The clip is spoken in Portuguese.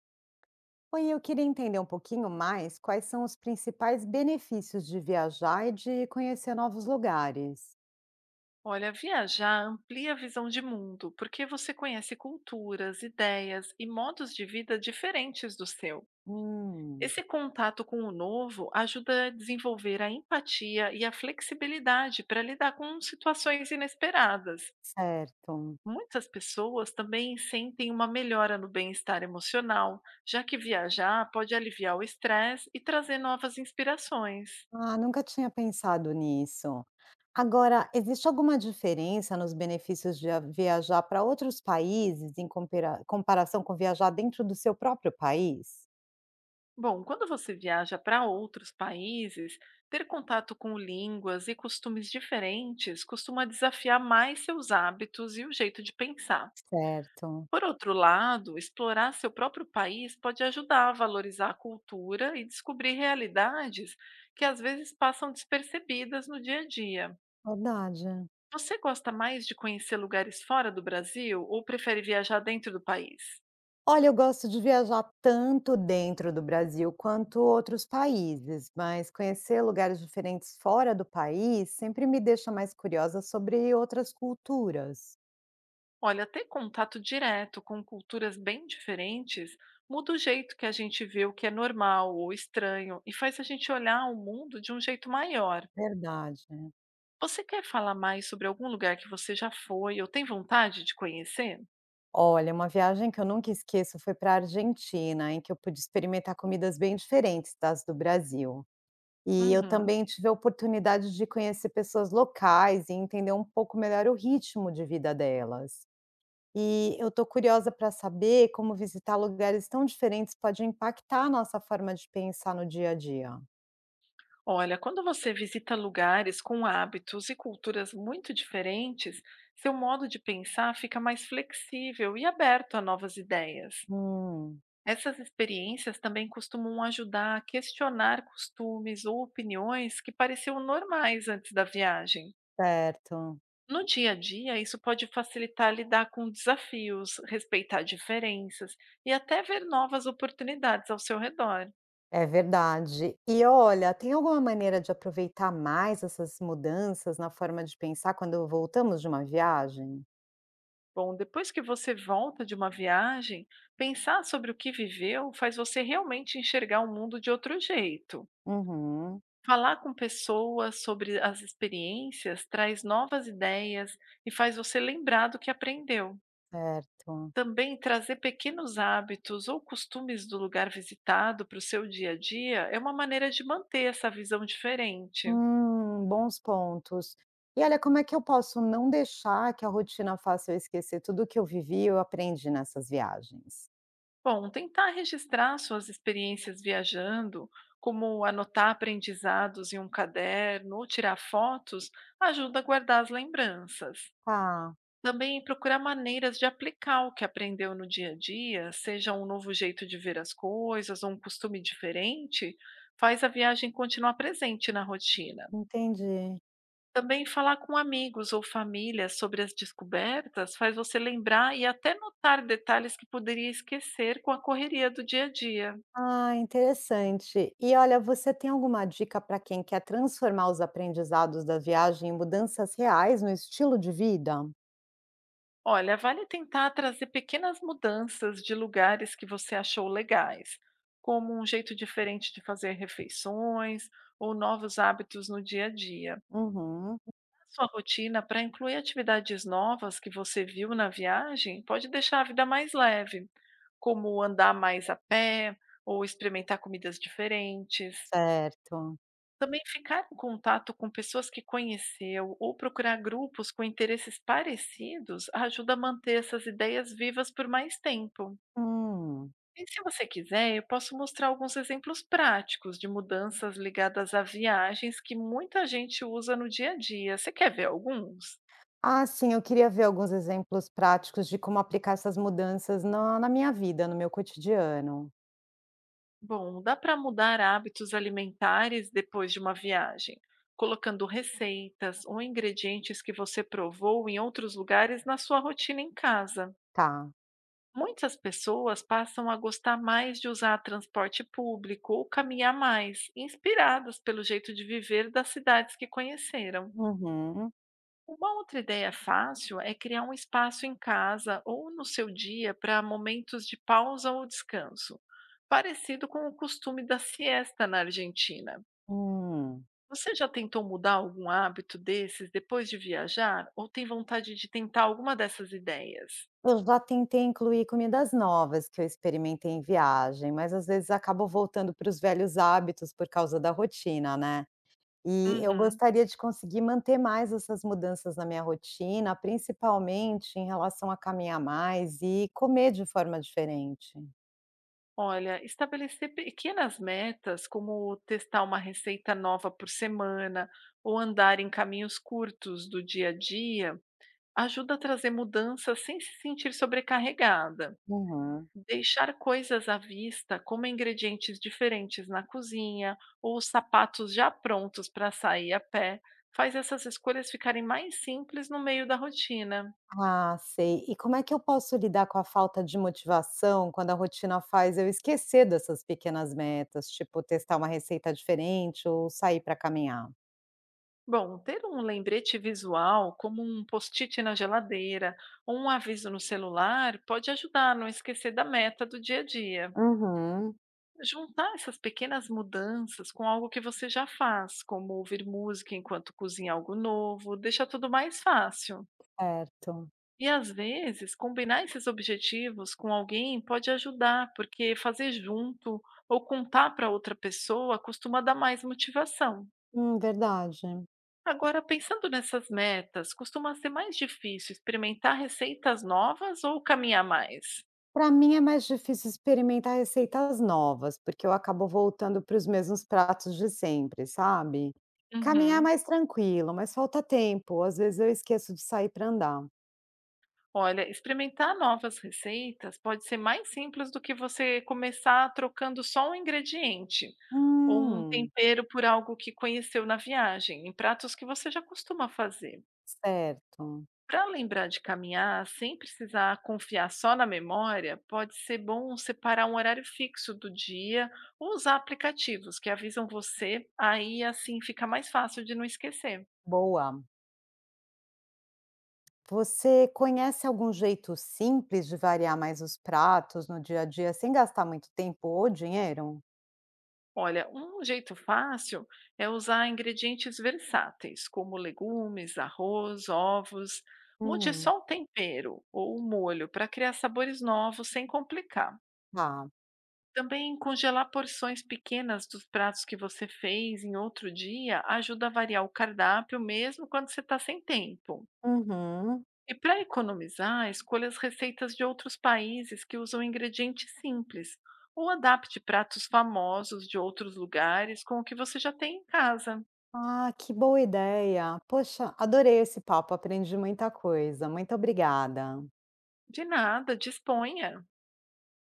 Oi, eu queria entender um pouquinho mais quais são os principais benefícios de viajar e de conhecer novos lugares. Olha, viajar amplia a visão de mundo, porque você conhece culturas, ideias e modos de vida diferentes do seu. Hum, Esse contato com o novo ajuda a desenvolver a empatia e a flexibilidade para lidar com situações inesperadas. certo. Muitas pessoas também sentem uma melhora no bem-estar emocional, já que viajar pode aliviar o estresse e trazer novas inspirações. Ah, nunca tinha pensado nisso. Agora, existe alguma diferença nos benefícios de viajar para outros países em comparação com viajar dentro do seu próprio país? Bom, quando você viaja para outros países, ter contato com línguas e costumes diferentes costuma desafiar mais seus hábitos e o jeito de pensar. Certo. Por outro lado, explorar seu próprio país pode ajudar a valorizar a cultura e descobrir realidades que às vezes passam despercebidas no dia a dia. Verdade. Você gosta mais de conhecer lugares fora do Brasil ou prefere viajar dentro do país? Olha, eu gosto de viajar tanto dentro do Brasil quanto outros países, mas conhecer lugares diferentes fora do país sempre me deixa mais curiosa sobre outras culturas. Olha, ter contato direto com culturas bem diferentes muda o jeito que a gente vê o que é normal ou estranho e faz a gente olhar o mundo de um jeito maior. Verdade. Você quer falar mais sobre algum lugar que você já foi ou tem vontade de conhecer? Olha, uma viagem que eu nunca esqueço foi para a Argentina, em que eu pude experimentar comidas bem diferentes das do Brasil. E eu Uhum. também tive a oportunidade de conhecer pessoas locais e entender um pouco melhor o ritmo de vida delas. E eu estou curiosa para saber como visitar lugares tão diferentes pode impactar a nossa forma de pensar no dia a dia. Olha, quando você visita lugares com hábitos e culturas muito diferentes, seu modo de pensar fica mais flexível e aberto a novas ideias. Hum, Essas experiências também costumam ajudar a questionar costumes ou opiniões que pareciam normais antes da viagem. certo. No dia a dia, isso pode facilitar lidar com desafios, respeitar diferenças e até ver novas oportunidades ao seu redor. É verdade. E olha, tem alguma maneira de aproveitar mais essas mudanças na forma de pensar quando voltamos de uma viagem? Bom, depois que você volta de uma viagem, pensar sobre o que viveu faz você realmente enxergar o mundo de outro jeito. Uhum, Falar com pessoas sobre as experiências traz novas ideias e faz você lembrar do que aprendeu. certo. Também trazer pequenos hábitos ou costumes do lugar visitado para o seu dia a dia é uma maneira de manter essa visão diferente. Bons pontos. E olha, como é que eu posso não deixar que a rotina faça eu esquecer tudo que eu vivi e eu aprendi nessas viagens? Bom, tentar registrar suas experiências viajando, como anotar aprendizados em um caderno ou tirar fotos, ajuda a guardar as lembranças. Tá, Também procurar maneiras de aplicar o que aprendeu no dia a dia, seja um novo jeito de ver as coisas um costume diferente, faz a viagem continuar presente na rotina. entendi. Também falar com amigos ou família sobre as descobertas faz você lembrar e até notar detalhes que poderia esquecer com a correria do dia a dia. Ah, interessante. E olha, você tem alguma dica para quem quer transformar os aprendizados da viagem em mudanças reais no estilo de vida? Olha, vale tentar trazer pequenas mudanças de lugares que você achou legais, como um jeito diferente de fazer refeições ou novos hábitos no dia a dia. Uhum, A sua rotina para incluir atividades novas que você viu na viagem pode deixar a vida mais leve, como andar mais a pé ou experimentar comidas diferentes. certo. Também ficar em contato com pessoas que conheceu ou procurar grupos com interesses parecidos ajuda a manter essas ideias vivas por mais tempo. Hum. E se você quiser, eu posso mostrar alguns exemplos práticos de mudanças ligadas a viagens que muita gente usa no dia a dia. Você quer ver alguns? Ah, sim, eu queria ver alguns exemplos práticos de como aplicar essas mudanças na minha vida, no meu cotidiano. Bom, dá para mudar hábitos alimentares depois de uma viagem, colocando receitas ou ingredientes que você provou em outros lugares na sua rotina em casa. Tá. Muitas pessoas passam a gostar mais de usar transporte público ou caminhar mais, inspiradas pelo jeito de viver das cidades que conheceram. Uhum. Uma outra ideia fácil é criar um espaço em casa ou no seu dia para momentos de pausa ou descanso, parecido com o costume da siesta na Argentina. Hum. Você já tentou mudar algum hábito desses depois de viajar ou tem vontade de tentar alguma dessas ideias? Eu já tentei incluir comidas novas que eu experimentei em viagem, mas às vezes acabo voltando para os velhos hábitos por causa da rotina, né? E eu Uhum. gostaria de conseguir manter mais essas mudanças na minha rotina, principalmente em relação a caminhar mais e comer de forma diferente. Olha, estabelecer pequenas metas, como testar uma receita nova por semana ou andar em caminhos curtos do dia a dia, ajuda a trazer mudanças sem se sentir sobrecarregada. Uhum. Deixar coisas à vista, como ingredientes diferentes na cozinha ou os sapatos já prontos para sair a pé, faz essas escolhas ficarem mais simples no meio da rotina. Ah, sei. E como é que eu posso lidar com a falta de motivação quando a rotina faz eu esquecer dessas pequenas metas, tipo testar uma receita diferente ou sair para caminhar? Bom, ter um lembrete visual, como um post-it na geladeira ou um aviso no celular, pode ajudar a não esquecer da meta do dia a dia. Uhum. Juntar essas pequenas mudanças com algo que você já faz, como ouvir música enquanto cozinha algo novo, deixa tudo mais fácil. Certo. E às vezes, combinar esses objetivos com alguém pode ajudar, porque fazer junto ou contar para outra pessoa costuma dar mais motivação. Verdade. Agora, pensando nessas metas, costuma ser mais difícil experimentar receitas novas ou caminhar mais? Para mim é mais difícil experimentar receitas novas, porque eu acabo voltando para os mesmos pratos de sempre, sabe? Caminhar é Uhum. mais tranquilo, mas falta tempo. Às vezes eu esqueço de sair para andar. Olha, experimentar novas receitas pode ser mais simples do que você começar trocando só um ingrediente ou um Hum, tempero por algo que conheceu na viagem, em pratos que você já costuma fazer. certo. Para lembrar de caminhar sem precisar confiar só na memória, pode ser bom separar um horário fixo do dia ou usar aplicativos que avisam você, aí assim fica mais fácil de não esquecer. Boa. Você conhece algum jeito simples de variar mais os pratos no dia a dia sem gastar muito tempo ou dinheiro? Olha, um jeito fácil é usar ingredientes versáteis, como legumes, arroz, ovos. Mude Hum, só o tempero ou o molho para criar sabores novos sem complicar. tá. Também congelar porções pequenas dos pratos que você fez em outro dia ajuda a variar o cardápio mesmo quando você está sem tempo. Uhum. E para economizar, escolha as receitas de outros países que usam ingredientes simples, ou adapte pratos famosos de outros lugares com o que você já tem em casa. Ah, que boa ideia. Poxa, adorei esse papo, aprendi muita coisa. Muito obrigada. De nada, disponha.